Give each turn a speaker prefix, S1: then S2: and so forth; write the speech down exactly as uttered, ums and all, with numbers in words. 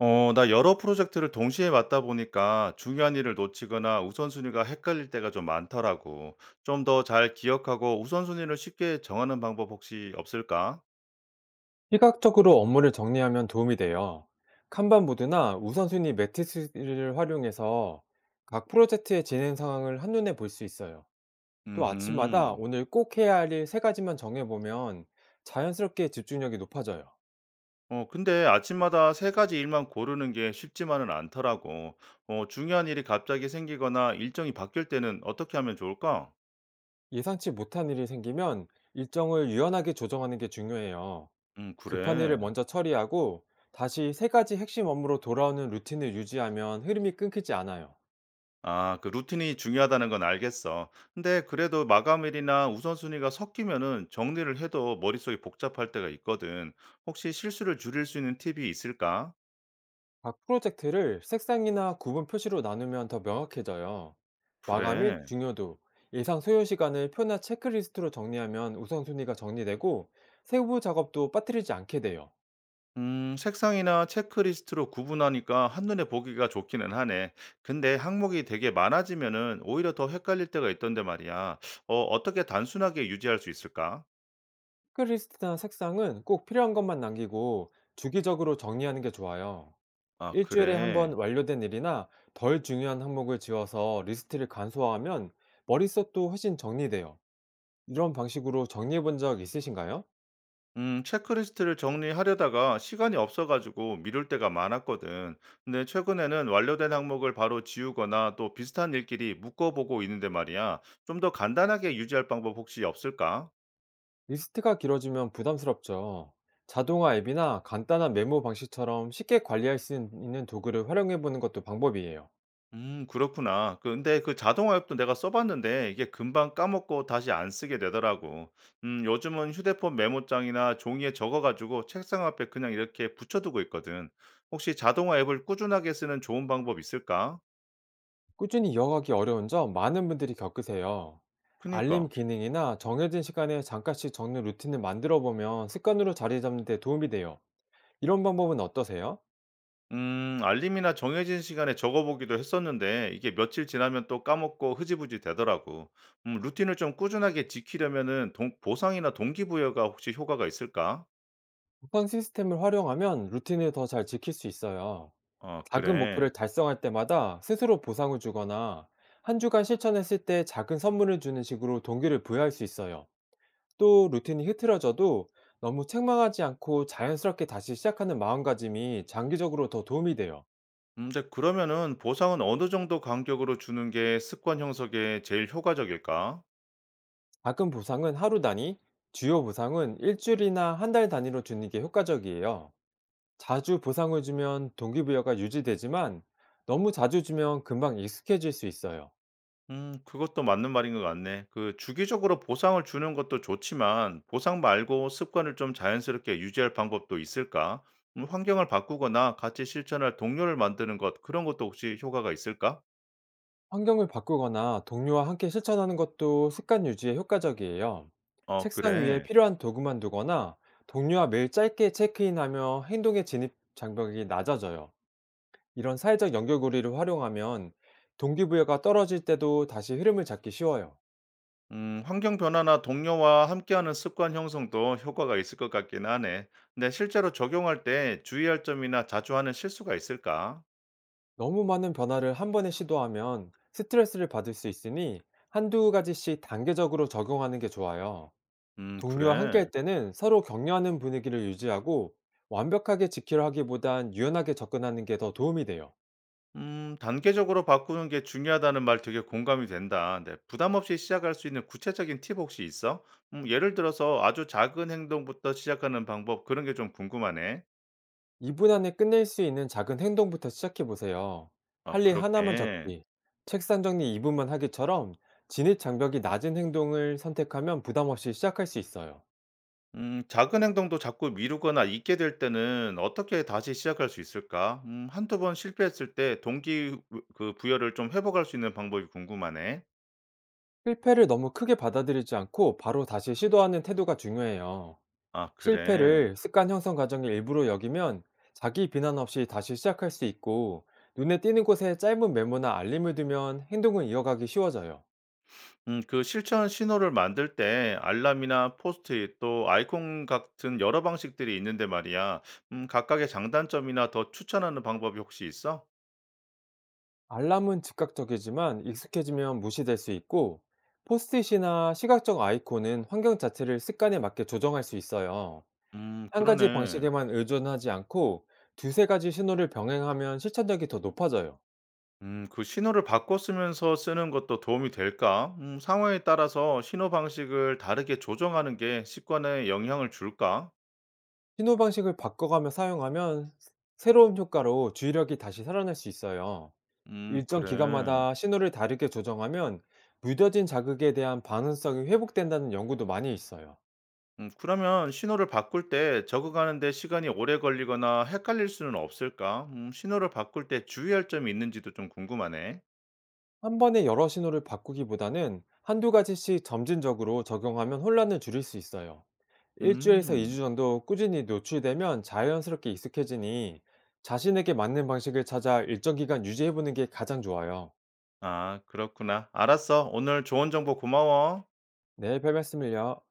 S1: 어, 나 여러 프로젝트를 동시에 맡다 보니까 중요한 일을 놓치거나 우선순위가 헷갈릴 때가 좀 많더라고. 좀 더 잘 기억하고 우선순위를 쉽게 정하는 방법 혹시 없을까?
S2: 시각적으로 업무를 정리하면 도움이 돼요. 칸반 보드나 우선순위 매트리스를 활용해서 각 프로젝트의 진행 상황을 한눈에 볼 수 있어요. 또 아침마다
S1: 음,
S2: 오늘 꼭 해야 할 일 세 가지만 정해보면 자연스럽게 집중력이 높아져요.
S1: 어, 근데 아침마다 세 가지 일만 고르는 게 쉽지만은 않더라고. 어, 중요한 일이 갑자기 생기거나 일정이 바뀔 때는 어떻게 하면 좋을까?
S2: 예상치 못한 일이 생기면 일정을 유연하게 조정하는 게 중요해요.
S1: 음,
S2: 급한 일을
S1: 그래.
S2: 먼저 처리하고, 다시 세 가지 핵심 업무로 돌아오는 루틴을 유지하면 흐름이 끊기지 않아요.
S1: 아, 그 루틴이 중요하다는 건 알겠어. 근데 그래도 마감일이나 우선순위가 섞이면은 정리를 해도 머릿속이 복잡할 때가 있거든. 혹시 실수를 줄일 수 있는 팁이 있을까?
S2: 각 프로젝트를 색상이나 구분 표시로 나누면 더 명확해져요. 마감일,
S1: 그래.
S2: 중요도, 예상 소요 시간을 표나 체크리스트로 정리하면 우선순위가 정리되고, 세부 작업도 빠뜨리지 않게 돼요.
S1: 음, 색상이나 체크리스트로 구분하니까 한눈에 보기가 좋기는 하네. 근데 항목이 되게 많아지면은 오히려 더 헷갈릴 때가 있던데 말이야. 어, 어떻게 단순하게 유지할 수 있을까?
S2: 체크리스트나 색상은 꼭 필요한 것만 남기고, 주기적으로 정리하는 게 좋아요.
S1: 아,
S2: 일주일에 한
S1: 그래.
S2: 번 완료된 일이나 덜 중요한 항목을 지워서 리스트를 간소화하면 머릿속도 훨씬 정리돼요. 이런 방식으로 정리해 본 적 있으신가요?
S1: 음, 체크리스트를 정리하려다가 시간이 없어가지고 미룰 때가 많았거든. 근데 최근에는 완료된 항목을 바로 지우거나 또 비슷한 일끼리 묶어보고 있는데 말이야. 좀 더 간단하게 유지할 방법 혹시 없을까?
S2: 리스트가 길어지면 부담스럽죠. 자동화 앱이나 간단한 메모 방식처럼 쉽게 관리할 수 있는 도구를 활용해 보는 것도 방법이에요.
S1: 음, 그렇구나. 근데 그 자동화 앱도 내가 써봤는데 이게 금방 까먹고 다시 안 쓰게 되더라고. 음, 요즘은 휴대폰 메모장이나 종이에 적어가지고 책상 앞에 그냥 이렇게 붙여두고 있거든. 혹시 자동화 앱을 꾸준하게 쓰는 좋은 방법 있을까?
S2: 꾸준히 이어가기 어려운 점, 많은 분들이 겪으세요.
S1: 그니까.
S2: 알림 기능이나 정해진 시간에 잠깐씩 적는 루틴을 만들어 보면 습관으로 자리 잡는 데 도움이 돼요. 이런 방법은 어떠세요?
S1: 음, 알림이나 정해진 시간에 적어보기도 했었는데 이게 며칠 지나면 또 까먹고 흐지부지 되더라고. 음, 루틴을 좀 꾸준하게 지키려면은 동- 보상이나 동기부여가 혹시 효과가 있을까?
S2: 보상 시스템을 활용하면 루틴을 더 잘 지킬 수 있어요.
S1: 아,
S2: 작은
S1: 그래.
S2: 목표를 달성할 때마다 스스로 보상을 주거나, 한 주간 실천했을 때 작은 선물을 주는 식으로 동기를 부여할 수 있어요. 또 루틴이 흐트러져도 너무 책망하지 않고, 자연스럽게 다시 시작하는 마음가짐이 장기적으로 더 도움이 돼요.
S1: 음, 근데 그러면은 보상은 어느 정도 간격으로 주는 게 습관 형성에 제일 효과적일까?
S2: 작은 보상은 하루 단위, 주요 보상은 일주일이나 한 달 단위로 주는 게 효과적이에요. 자주 보상을 주면 동기부여가 유지되지만, 너무 자주 주면 금방 익숙해질 수 있어요.
S1: 음, 그것도 맞는 말인 것 같네. 그 주기적으로 보상을 주는 것도 좋지만 보상 말고 습관을 좀 자연스럽게 유지할 방법도 있을까? 음, 환경을 바꾸거나 같이 실천할 동료를 만드는 것 그런 것도 혹시 효과가 있을까?
S2: 환경을 바꾸거나 동료와 함께 실천하는 것도 습관 유지에 효과적이에요.
S1: 어,
S2: 책상 위에
S1: 그래.
S2: 필요한 도구만 두거나, 동료와 매일 짧게 체크인하며 행동의 진입 장벽이 낮아져요. 이런 사회적 연결고리를 활용하면 동기부여가 떨어질 때도 다시 흐름을 잡기 쉬워요.
S1: 음, 환경 변화나 동료와 함께하는 습관 형성도 효과가 있을 것 같긴 하네. 근데 실제로 적용할 때 주의할 점이나 자주 하는 실수가 있을까?
S2: 너무 많은 변화를 한 번에 시도하면 스트레스를 받을 수 있으니, 한두 가지씩 단계적으로 적용하는 게 좋아요.
S1: 음,
S2: 동료와
S1: 그래.
S2: 함께할 때는 서로 격려하는 분위기를 유지하고, 완벽하게 지키려 하기보단 유연하게 접근하는 게 더 도움이 돼요.
S1: 음, 단계적으로 바꾸는 게 중요하다는 말 되게 공감이 된다. 네, 부담 없이 시작할 수 있는 구체적인 팁 혹시 있어? 음, 예를 들어서 아주 작은 행동부터 시작하는 방법, 그런 게 좀 궁금하네.
S2: 이 분 안에 끝낼 수 있는 작은 행동부터 시작해 보세요.
S1: 아,
S2: 할 일 하나만
S1: 그렇게.
S2: 적기, 책상 정리 이 분만 하기처럼 진입 장벽이 낮은 행동을 선택하면 부담 없이 시작할 수 있어요.
S1: 음, 작은 행동도 자꾸 미루거나 잊게 될 때는 어떻게 다시 시작할 수 있을까? 음, 한두 번 실패했을 때 동기 부- 그 부여를 좀 회복할 수 있는 방법이 궁금하네.
S2: 실패를 너무 크게 받아들이지 않고 바로 다시 시도하는 태도가 중요해요.
S1: 아, 그래.
S2: 실패를 습관 형성 과정의 일부로 여기면 자기 비난 없이 다시 시작할 수 있고, 눈에 띄는 곳에 짧은 메모나 알림을 두면 행동을 이어가기 쉬워져요.
S1: 음 그 실천 신호를 만들 때 알람이나 포스트잇 또 아이콘 같은 여러 방식들이 있는데 말이야. 음 각각의 장단점이나 더 추천하는 방법이 혹시 있어?
S2: 알람은 즉각적이지만 익숙해지면 무시될 수 있고, 포스트잇이나 시각적 아이콘은 환경 자체를 습관에 맞게 조정할 수 있어요.
S1: 음,
S2: 한 가지
S1: 그러네.
S2: 방식에만 의존하지 않고 두세 가지 신호를 병행하면 실천력이 더 높아져요.
S1: 음 그 신호를 바꿔 쓰면서 쓰는 것도 도움이 될까? 음 상황에 따라서 신호 방식을 다르게 조정하는 게 습관에 영향을 줄까?
S2: 신호 방식을 바꿔가며 사용하면 새로운 효과로 주의력이 다시 살아날 수 있어요.
S1: 음,
S2: 일정
S1: 그래.
S2: 기간마다 신호를 다르게 조정하면 무뎌진 자극에 대한 반응성이 회복된다는 연구도 많이 있어요.
S1: 음 그러면 신호를 바꿀 때 적응하는 데 시간이 오래 걸리거나 헷갈릴 수는 없을까? 음 신호를 바꿀 때 주의할 점이 있는지도 좀 궁금하네.
S2: 한 번에 여러 신호를 바꾸기보다는 한두 가지씩 점진적으로 적용하면 혼란을 줄일 수 있어요. 일주일에서 이 주
S1: 음.
S2: 정도 꾸준히 노출되면 자연스럽게 익숙해지니, 자신에게 맞는 방식을 찾아 일정 기간 유지해보는 게 가장 좋아요.
S1: 아, 그렇구나. 알았어. 오늘 좋은 정보 고마워.
S2: 네, 별 말씀을요.